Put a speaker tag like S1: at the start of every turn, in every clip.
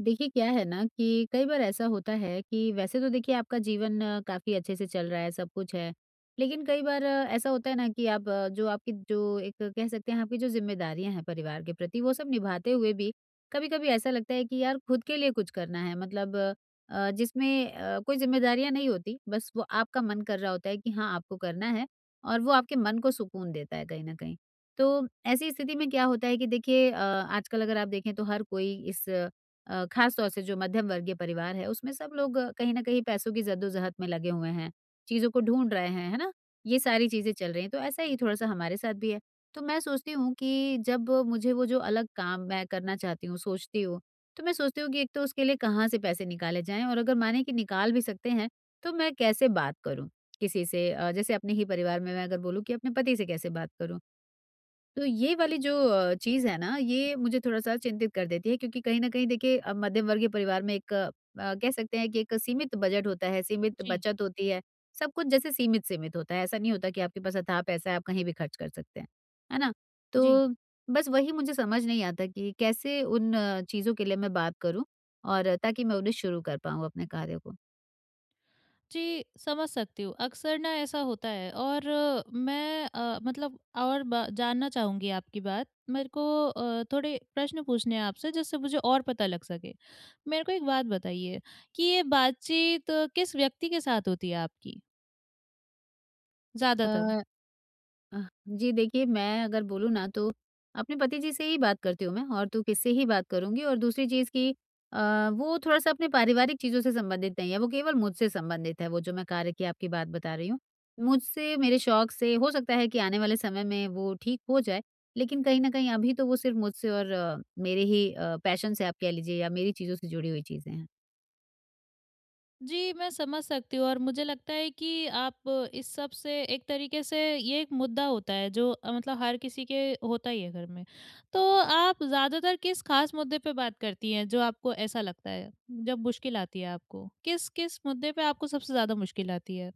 S1: देखिए, क्या है ना कि कई बार ऐसा होता है कि वैसे तो देखिए आपका जीवन काफ़ी अच्छे से चल रहा है, सब कुछ है। लेकिन कई बार ऐसा होता है ना कि आप जो आपकी जो एक कह सकते हैं आपकी जो ज़िम्मेदारियाँ हैं परिवार के प्रति वो सब निभाते हुए भी कभी-कभी ऐसा लगता है कि यार खुद के लिए कुछ करना है मतलब जिसमें कोई ज़िम्मेदारियाँ नहीं होती, बस वो आपका मन कर रहा होता है कि हाँ, आपको करना है और वो आपके मन को सुकून देता है कहीं न कहीं। तो ऐसी स्थिति में क्या होता है कि देखिए आजकल अगर आप देखें तो हर कोई इस खास तौर से जो मध्यम वर्गीय परिवार है उसमें सब लोग कहीं न कहीं पैसों की जद्दोजहद में लगे हुए हैं, चीज़ों को ढूँढ रहे हैं, है ना? ये सारी चीज़ें चल रही हैं, तो ऐसा ही थोड़ा-सा हमारे साथ भी है। तो मैं सोचती हूँ कि जब मुझे वो जो अलग काम मैं करना चाहती हूँ, सोचती हूँ, तो मैं सोचती हूँ कि एक तो उसके लिए कहाँ से पैसे निकाले जाएँ और अगर माने कि निकाल भी सकते हैं, तो मैं कैसे बात करूँ किसी से? जैसे अपने ही परिवार में मैं अगर बोलूँ कि अपने पति से कैसे बात करूँ? तो ये वाली जो चीज़ है ना, ये मुझे थोड़ा-सा चिंतित कर देती है क्योंकि कहीं न कहीं देखिए मध्यम वर्गीय परिवार में एक कह सकते हैं कि एक सीमित बजट होता है, सीमित
S2: जी,
S1: बचत होती है। सब कुछ जैसे सीमित-सीमित होता है, ऐसा नहीं होता कि आपके पास अथाह पैसा है, आप कहीं भी खर्च कर सकते हैं। है ना?
S2: जी।
S1: तो बस वही मुझे समझ नहीं आता कि कैसे उन चीज़ों के लिए मैं बात करूँ और ताकि मैं उन्हें शुरू कर पाऊँ अपने कार्य को?
S2: जी, समझ सकती हूँ। अक्सर ना ऐसा होता है और मैं मतलब और ब जानना चाहूँगी आपकी बात। मेरे को थोड़े प्रश्न पूछने हैं आपसे जिससे मुझे और पता लग सके। मेरे को एक बात बताइए कि ये बातचीत किस व्यक्ति के साथ होती है आपकी
S1: अ,
S2: ज़्यादातर?
S1: अ, जी देखिए, मैं अगर बोलूँ ना तो अपने पति जी से ही बात करती हूँ मैं और तो किससे ही बात करूँगी और दूसरी चीज़ कि वो थोड़ा-सा अपने पारिवारिक चीज़ों से संबंधित नहीं है, वो केवल मुझसे संबंधित है, वो जो मैं कार्य की आपकी बात बता रही हूँ। मुझसे, मेरे शौक से, हो सकता है कि आने वाले समय में वो ठीक हो जाए, लेकिन कहीं न कहीं अभी तो वो सिर्फ़ मुझसे और मेरे ही पैशन से आप कह लीजिए या मेरी चीज़ों से जुड़ी हुई चीज़ें हैं।
S2: जी, मैं समझ सकती हूँ और मुझे लगता है कि आप इस सब से एक तरीके से ये एक मुद्दा होता है जो मतलब हर किसी के होता ही है घर में। तो आप ज़्यादातर किस ख़ास मुद्दे पे बात करती हैं जो आपको ऐसा लगता है, जब मुश्किल आती है आपको? किस-किस मुद्दे पे आपको सबसे ज़्यादा मुश्किल आती है?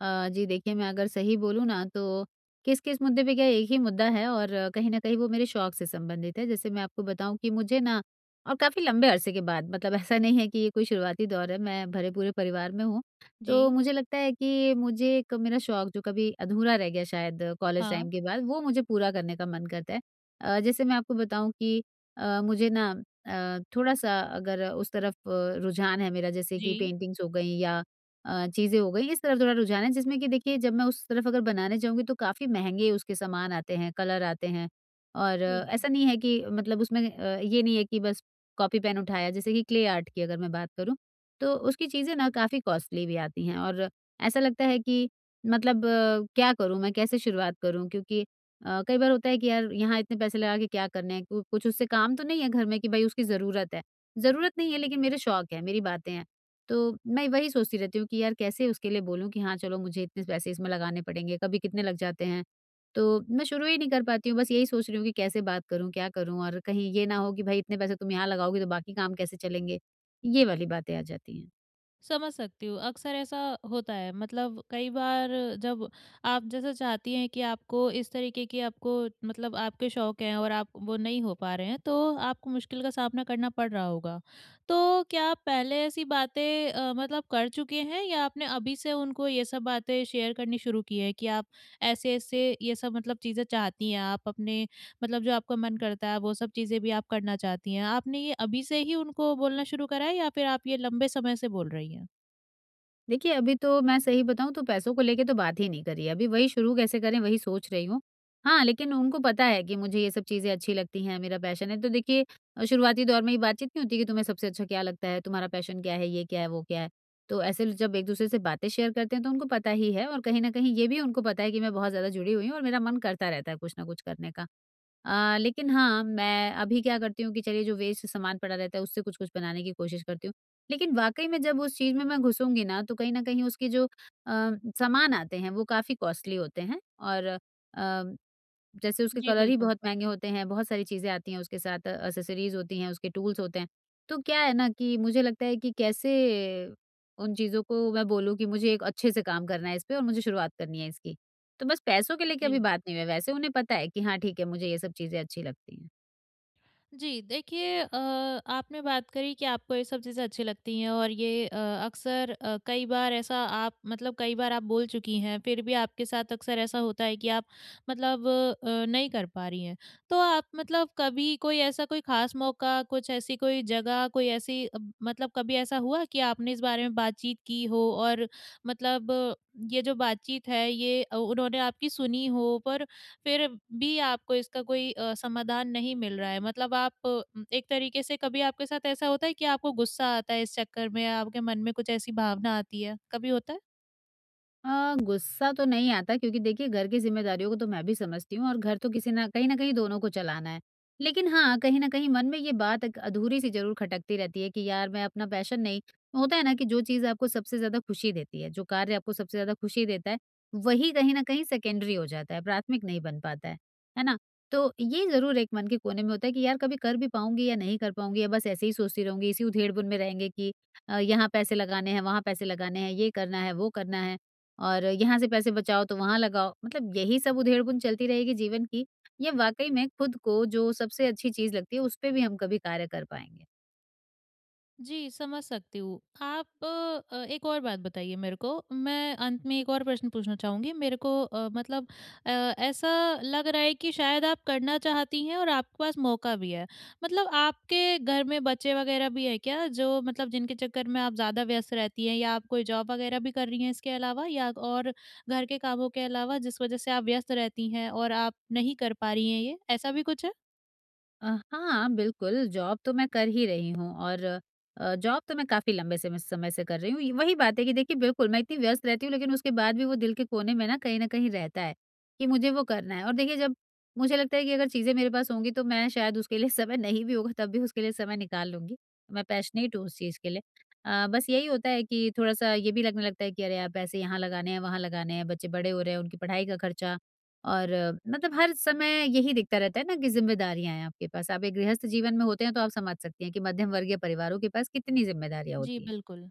S1: जी देखिए, मैं अगर सही बोलूँ ना तो किस-किस मुद्दे पे क्या एक ही मुद्दा है और कहीं न कहीं वो मेरे शौक से संबंधित है। जैसे मैं आपको बताऊँ कि मुझे ना और काफ़ी लंबे अरसे के बाद मतलब ऐसा नहीं है कि ये कोई शुरुआती दौर है, मैं भरे-पूरे परिवार में हूँ।
S2: जी।
S1: तो मुझे लगता है कि मुझे एक मेरा शौक जो कभी अधूरा रह गया शायद कॉलेज
S2: हाँ,
S1: टाइम के बाद, वो मुझे पूरा करने का मन करता है। जैसे मैं आपको बताऊँ कि मुझे ना थोड़ा-सा अगर उस तरफ रुझान है मेरा जैसे कि
S2: जी।
S1: पेंटिंग्स हो गई या चीज़ें हो गई, इस तरफ थोड़ा रुझान है जिसमें कि देखिए जब मैं उस तरफ अगर बनाने जाऊँगी तो काफ़ी महँगे उसके सामान आते हैं, कलर आते हैं और
S2: बिल्कुल।
S1: ऐसा नहीं है कि मतलब उसमें ये नहीं है कि बस कॉपी पेन उठाया जैसे कि क्ले आर्ट की अगर मैं बात करूँ, तो उसकी चीज़ें ना काफ़ी कॉस्टली भी आती हैं और ऐसा लगता है कि मतलब क्या करूँ मैं, कैसे शुरुआत करूँ? क्योंकि कई बार होता है कि यार यहाँ इतने पैसे लगा के क्या करने हैं, कु कुछ उससे काम तो नहीं है घर में कि भई उसकी ज़रूरत है। ज़रूरत नहीं है लेकिन मेरे शौक है, मेरी बातें हैं। तो मैं वही सोचती रहती हूँ कि यार कैसे उसके लिए बोलूँ कि हाँ चलो मुझे इतने पैसे इसमें लगाने पड़ेंगे, कभी कितने लग जाते हैं। तो मैं शुरू ही नहीं कर पाती हूँ, बस यही सोच रही हूँ कि कैसे बात करूँ, क्या करूँ और कहीं ये ना हो कि भाई इतने पैसे तुम यहाँ लगाओगे तो बाकी काम कैसे चलेंगे, ये वाली बातें आ जाती हैं।
S2: समझ सकती हूँ। अक्सर ऐसा होता है मतलब कई बार जब आप जैसा चाहती हैं कि आपको इस तरीके की आपको मतलब आपके शौक हैं और आप वो नहीं हो पा रहे हैं तो आपको मुश्किल का सामना करना पड़ रहा होगा। तो क्या आप पहले ऐसी बातें मतलब कर चुके हैं या आपने अभी से उनको ये सब बातें शेयर करनी शुरू की है कि आप ऐसे-ऐसे ये सब मतलब चीज़ें चाहती हैं आप अपने मतलब जो आपका मन करता है वो सब चीज़ें भी आप करना चाहती हैं। आपने ये अभी से ही उनको बोलना शुरू करा है या फिर आप ये लंबे समय से बोल रही हैं?
S1: देखिए, अभी तो मैं सही बताऊँ तो पैसों को लेके तो बात ही नहीं करी है। अभी वही शुरू कैसे करें वही सोच रही हूँ। हाँ, लेकिन उनको पता है कि मुझे ये सब चीज़ें अच्छी लगती हैं, मेरा पैशन है। तो देखिए शुरुआती दौर में ये बातचीत नहीं होती कि तुम्हें सबसे अच्छा क्या लगता है, तुम्हारा पैशन क्या है, ये क्या है, वो क्या है। तो ऐसे ल जब एक-दूसरे से बातें शेयर करते हैं तो उनको पता ही है और कहीं न कहीं ये भी उनको पता है कि मैं बहुत ज़्यादा जुड़ी हुई हूँ और मेरा मन करता रहता है कुछ ना कुछ करने का। लेकिन हाँ, मैं अभी क्या करती हूँ कि चलिए जो वेस्ट सामान पड़ा रहता है उससे कुछ-कुछ बनाने की कोशिश करती हूँ। लेकिन वाक़ई में जब उस चीज़ में मैं घुसूँगी ना तो कहीं न कहीं उसके जो सामान आते हैं वो काफ़ी कॉस्टली होते हैं और अ जैसे उसके
S2: जी,
S1: कलर ही
S2: बिल्कुल।
S1: बहुत महँगे होते हैं, बहुत सारी चीज़ें आती हैं उसके साथ, एक्सेसरीज़ होती हैं, उसके टूल्स होते हैं। तो क्या है ना कि मुझे लगता है कि कैसे उन चीज़ों को मैं बोलूँ कि मुझे एक अच्छे से काम करना है इस पे और मुझे शुरुआत करनी है इसकी। तो बस पैसों को लेके अभी
S2: जी।
S1: बात नहीं हुई है, वैसे उन्हें पता है कि हाँ, ठीक है, मुझे ये सब चीज़ें अच्छी लगती हैं।
S2: जी, देखिए आपने बात करी कि आपको ये सब चीज़ें अच्छी लगती हैं और ये अक्सर कई बार ऐसा आप मतलब कई बार आप बोल चुकी हैं, फिर भी आपके साथ अक्सर ऐसा होता है कि आप मतलब नहीं कर पा रही हैं। तो आप मतलब कभी कोई ऐसा कोई ख़ास मौका, कुछ ऐसी कोई जगह, कोई ऐसी अब मतलब कभी ऐसा हुआ कि आपने इस बारे में बातचीत की हो और मतलब ये जो बातचीत है, ये उन्होंने आपकी सुनी हो पर फिर भी आपको इसका कोई समाधान नहीं मिल रहा है। मतलब आप एक तरीके से कभी आपके साथ ऐसा होता है कि आपको गुस्सा आता है इस चक्कर में, आपके मन में कुछ ऐसी भावना आती है? कभी होता है?
S1: गुस्सा तो नहीं आता क्योंकि देखिए घर की ज़िम्मेदारियों को तो मैं भी समझती हूँ और घर तो किसी ना कहीं न कहीं दोनों को चलाना है। लेकिन हाँ, कहीं न कहीं मन में ये बात एक अधूरी-सी ज़रूर खटकती रहती है कि यार मैं अपना पैशन नहीं होता है ना कि जो चीज़ आपको सबसे ज़्यादा खुशी देती है, जो कार्य आपको सबसे ज़्यादा खुशी देता है, वही कहीं न कहीं सेकेंडरी हो जाता है, प्राथमिक नहीं बन पाता है। है ना? तो ये ज़रूर एक मन के कोने में होता है कि यार कभी कर भी पाऊँगी या नहीं कर पाऊँगी या बस ऐसे ही सोचती रहूँगी, इसी उधेड़-बुन में रहेंगे कि यहाँ पैसे लगाने हैं, वहाँ पैसे लगाने हैं, ये करना है, वो करना है। और यहाँ से पैसे बचाओ तो वहाँ लगाओ। मतलब यही सब उधेड़-बुन चलती रहेगी जीवन की। ये वाक़ई में खुद को जो सबसे अच्छी चीज़ लगती है, उसपे भी हम कभी कार्य कर पाएँगे।
S2: जी, समझ सकती हूँ। आप एक और बात बताइए मेरे को, मैं अंत में एक और प्रश्न पूछना चाहूँगी। मेरे को मतलब ऐसा लग रहा है कि शायद आप करना चाहती हैं और आपके पास मौका भी है। मतलब आपके घर में बच्चे वग़ैरह भी हैं क्या, जो मतलब जिनके चक्कर में आप ज़्यादा व्यस्त रहती हैं या आप कोई जॉब वग़ैरह भी कर रही हैं इसके अलावा या और घर के कामों के अलावा जिस वज़ह से आप व्यस्त रहती हैं और आप नहीं कर पा रही हैं ये, ऐसा भी कुछ है?
S1: अ, हाँ, बिल्कुल, जॉब तो मैं कर ही रही हूँ और जॉब तो मैं काफ़ी लंबे समय समय से कर रही हूँ। वही बात है कि देखिए बिल्कुल, मैं इतनी व्यस्त रहती हूँ लेकिन उसके बाद भी वो दिल के कोने में ना कहीं न कहीं रहता है, कि मुझे वो करना है और देखिए जब मुझे लगता है कि अगर चीज़ें मेरे पास होंगी तो मैं शायद उसके लिए समय नहीं भी होगा तब भी उसके लिए समय निकाल लूँगी। मैं पैशनेट हूँ उस चीज़ के लिए। बस यही होता है कि थोड़ा-सा ये भी लगने लगता है कि अरे यार पैसे यहाँ लगाने हैं, वहाँ लगाने हैं, बच्चे बड़े हो रहे हैं, उनकी पढ़ाई का खर्चा और मतलब हर समय यही दिखता रहता है ना कि ज़िम्मेदारियाँ हैं आपके पास। आप एक गृहस्थ जीवन में होते हैं तो आप समझ सकती हैं कि मध्यम वर्गीय परिवारों के पास कितनी ज़िम्मेदारियाँ
S2: जी,
S1: होती हैं।
S2: बिल्कुल।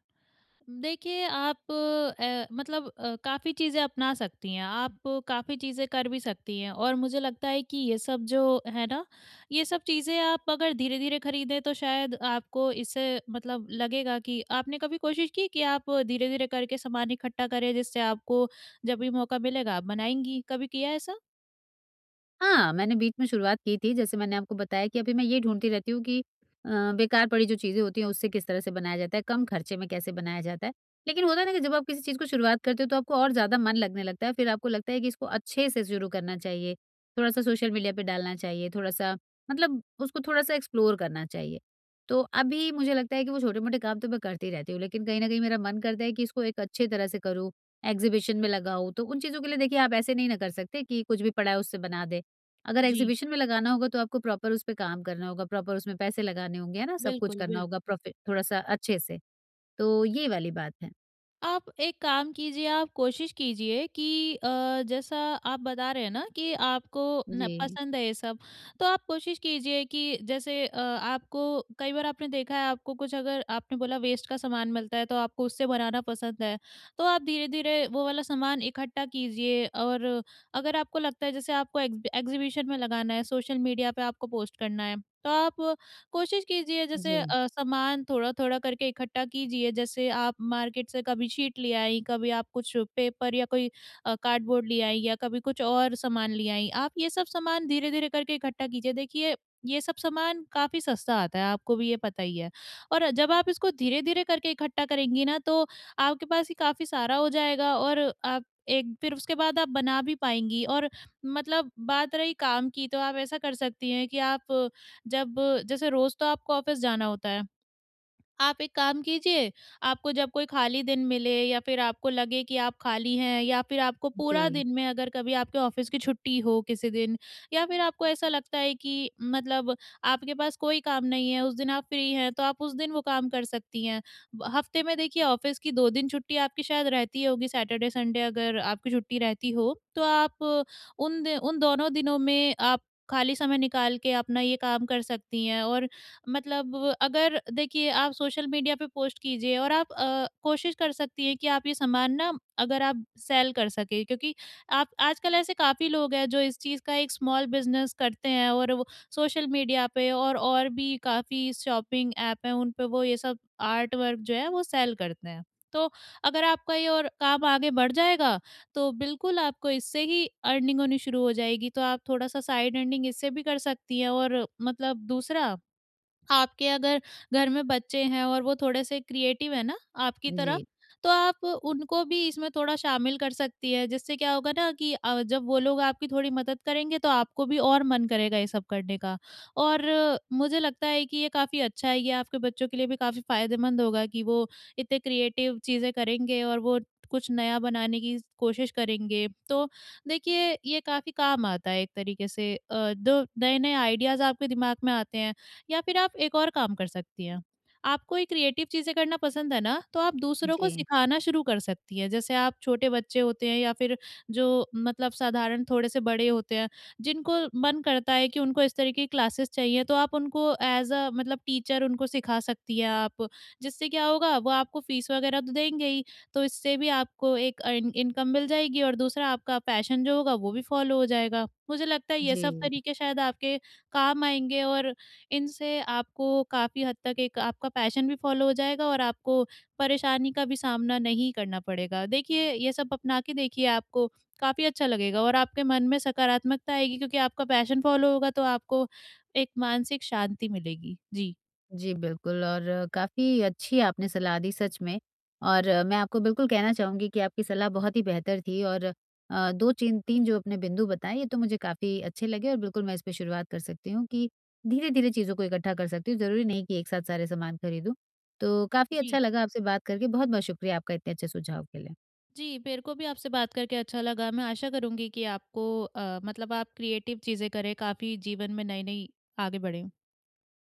S2: देखिए आप मतलब काफ़ी चीज़ें अपना सकती हैं, आप काफ़ी चीज़ें कर भी सकती हैं और मुझे लगता है कि ये सब जो है ना, ये सब चीज़ें आप अगर धीरे-धीरे खरीदें तो शायद आपको इससे मतलब लगेगा कि आपने कभी कोशिश की कि आप धीरे-धीरे करके सामान इकट्ठा करें जिससे आपको जब भी मौका मिलेगा आप बनाएँगी, कभी किया है ऐसा?
S1: हाँ, मैंने बीच में शुरुआत की थी, जैसे मैंने आपको बताया कि अभी मैं ये ढूँढती रहती हूँ कि बेकार पड़ी जो चीज़ें होती हैं, उससे किस तरह से बनाया जाता है, कम खर्चे में कैसे बनाया जाता है। लेकिन होता है ना कि जब आप किसी चीज़ को शुरुआत करते हो, तो आपको और ज़्यादा मन लगने लगता है, फिर आपको लगता है कि इसको अच्छे से शुरू करना चाहिए, थोड़ा-सा सोशल मीडिया पे डालना चाहिए, थोड़ा-सा मतलब उसको थोड़ा-सा एक्सप्लोर करना चाहिए। तो अभी मुझे लगता है कि वो छोटे-मोटे काम तो मैं करती रहती हूँ, लेकिन कहीं न कहीं मेरा मन करता है कि इसको एक अच्छी तरह से करूँ, एग्ज़िबिशन में लगाऊँ, तो उन चीज़ों के लिए देखिए आप ऐसे नहीं ना कर सकते कि कुछ भी पड़ा है उससे बना दें। अगर
S2: जी,
S1: एग्ज़िबिशन में लगाना होगा तो आपको प्रॉपर उस पे काम करना होगा, प्रॉपर उसमें पैसे लगाने होंगे, है ना? सब कुछ
S2: बिल्कुल,
S1: करना होगा
S2: बिल्कुल।
S1: प्रोफे थोड़ा-सा अच्छे से, तो ये वाली बात है।
S2: आप एक काम कीजिए, आप कोशिश कीजिए कि जैसा आप बता रहे हैं ना कि आपको न
S1: जी,
S2: पसंद है ये सब, तो आप कोशिश कीजिए कि जैसे आपको कई बार आपने देखा है आपको कुछ अगर आपने बोला वेस्ट का सामान मिलता है तो आपको उससे बनाना पसंद है, तो आप धीरे-धीरे वो वाला सामान इकट्ठा कीजिए और अगर आपको लगता है जैसे आपको एग्ज़ीबिशन में लगाना है, सोशल मीडिया पे आपको पोस्ट करना है, तो आप कोशिश कीजिए जैसे
S1: जी,
S2: सामान थोड़ा-थोड़ा करके इकट्ठा कीजिए, जैसे आप मार्केट से कभी शीट ले आई, कभी आप कुछ पेपर या कोई कार्डबोर्ड ले आई या कभी कुछ और सामान ले आई। आप ये सब सामान धीरे-धीरे करके इकट्ठा कीजिए। देखिए, ये सब सामान काफ़ी सस्ता आता है, आपको भी ये पता ही है और जब आप इसको धीरे-धीरे करके इकट्ठा करेंगी ना, तो आपके पास ये काफ़ी सारा हो जाएगा और आप एक फिर उसके बाद आप बना भी पाएँगी और मतलब बात रही काम की, तो आप ऐसा कर सकती हैं कि आप जब जैसे रोज़ तो आपको ऑफ़िस जाना होता है। आप एक काम कीजिए, आपको जब कोई खाली दिन मिले या फिर आपको लगे कि आप खाली हैं या फिर आपको पूरा
S1: जी,
S2: दिन में अगर कभी आपके ऑफ़िस की छुट्टी हो किसी दिन या फिर आपको ऐसा लगता है कि मतलब आपके पास कोई काम नहीं है, उस दिन आप फ्री हैं, तो आप उस दिन वो काम कर सकती हैं। ब हफ़्ते में देखिए ऑफ़िस की 2 दिन छुट्टी आपकी शायद रहती होगी, सैटरडे, संडे अगर आपकी छुट्टी रहती हो, तो आप उन दोनों दिनों में आप खाली समय निकाल के अपना ये काम कर सकती हैं और मतलब अगर देखिए आप सोशल मीडिया पे पोस्ट कीजिए और आप कोशिश कर सकती हैं कि आप ये सामान ना अगर आप सेल कर सके क्योंकि आप आजकल ऐसे काफ़ी लोग हैं जो इस चीज़ का एक स्मॉल बिजनेस करते हैं और वो सोशल मीडिया पे और भी काफ़ी शॉपिंग ऐप हैं उन पे वो ये सब आर्ट वर्क जो है वो सेल करते हैं। तो अगर आपका ये और काम आगे बढ़ जाएगा तो बिल्कुल आपको इससे ही अर्निंग होनी शुरू हो जाएगी। तो आप थोड़ा-सा साइड अर्निंग इससे भी कर सकती हैं और मतलब दूसरा आपके अगर घर में बच्चे हैं और वो थोड़े से क्रिएटिव है ना आपकी तरह
S1: जी,
S2: तो आप उनको भी इसमें थोड़ा शामिल कर सकती है जिससे क्या होगा ना कि जब वो लोग आपकी थोड़ी मदद करेंगे तो आपको भी और मन करेगा ये सब करने का और मुझे लगता है कि ये काफ़ी अच्छा है ये आपके बच्चों के लिए भी काफ़ी फायदेमंद होगा कि वो इतने क्रिएटिव चीज़ें करेंगे और वो कुछ नया बनाने की कोशिश करेंगे तो देखिए ये काफ़ी काम आता है एक तरीके से जो नए नए आइडियाज़ आपके दिमाग में आते हैं या फिर आप एक और काम कर सकती हैं, आपको ये क्रिएटिव चीज़ें करना पसंद है ना, तो आप दूसरों को
S1: जी,
S2: सिखाना शुरू कर सकती हैं। जैसे आप छोटे बच्चे होते हैं या फिर जो मतलब साधारण थोड़े से बड़े होते हैं, जिनको मन करता है कि उनको इस तरीके की क्लासेस चाहिए, तो आप उनको एज़ अ मतलब टीचर उनको सिखा सकती हैं आप। जिससे क्या होगा, वो आपको फ़ीस वगैरह तो देंगे ही, तो इससे भी आपको एक अर्न इनकम मिल जाएगी और दूसरा आपका पैशन जो होगा, वो भी फ़ॉलो हो जाएगा। मुझे लगता है ये
S1: जी।
S2: सब तरीके शायद आपके काम आएँगे और इनसे आपको काफ़ी हद तक एक आपका पैशन भी फ़ॉलो हो जाएगा और आपको परेशानी का भी सामना नहीं करना पड़ेगा। देखिए, ये सब अपना के देखिए आपको काफ़ी अच्छा लगेगा और आपके मन में सकारात्मकता आएगी क्योंकि आपका पैशन फ़ॉलो होगा तो आपको एक मानसिक शांति मिलेगी। जी।
S1: जी, बिल्कुल और काफ़ी अच्छी आपने सलाह दी सच में और मैं आपको बिल्कुल कहना चाहूँगी कि आपकी सलाह बहुत ही बेहतर थी और 2 चीन 3 जो आपने बिंदु बताए, ये तो मुझे काफ़ी अच्छे लगे और बिल्कुल मैं इस पे शुरुआत कर सकती हूँ कि धीरे-धीरे चीज़ों को इकट्ठा कर सकती हूँ, ज़रूरी नहीं कि एक साथ सारे सामान खरीदूँ। तो काफ़ी
S2: जी।
S1: अच्छा लगा आपसे बात करके, बहुत-बहुत शुक्रिया आपका इतने अच्छे सुझाव के लिए।
S2: जी, मेरे को भी आपसे बात करके अच्छा लगा। मैं आशा करूँगी कि आपको मतलब आप क्रिएटिव चीज़ें करें, काफ़ी जीवन में नई-नई आगे बढ़ें।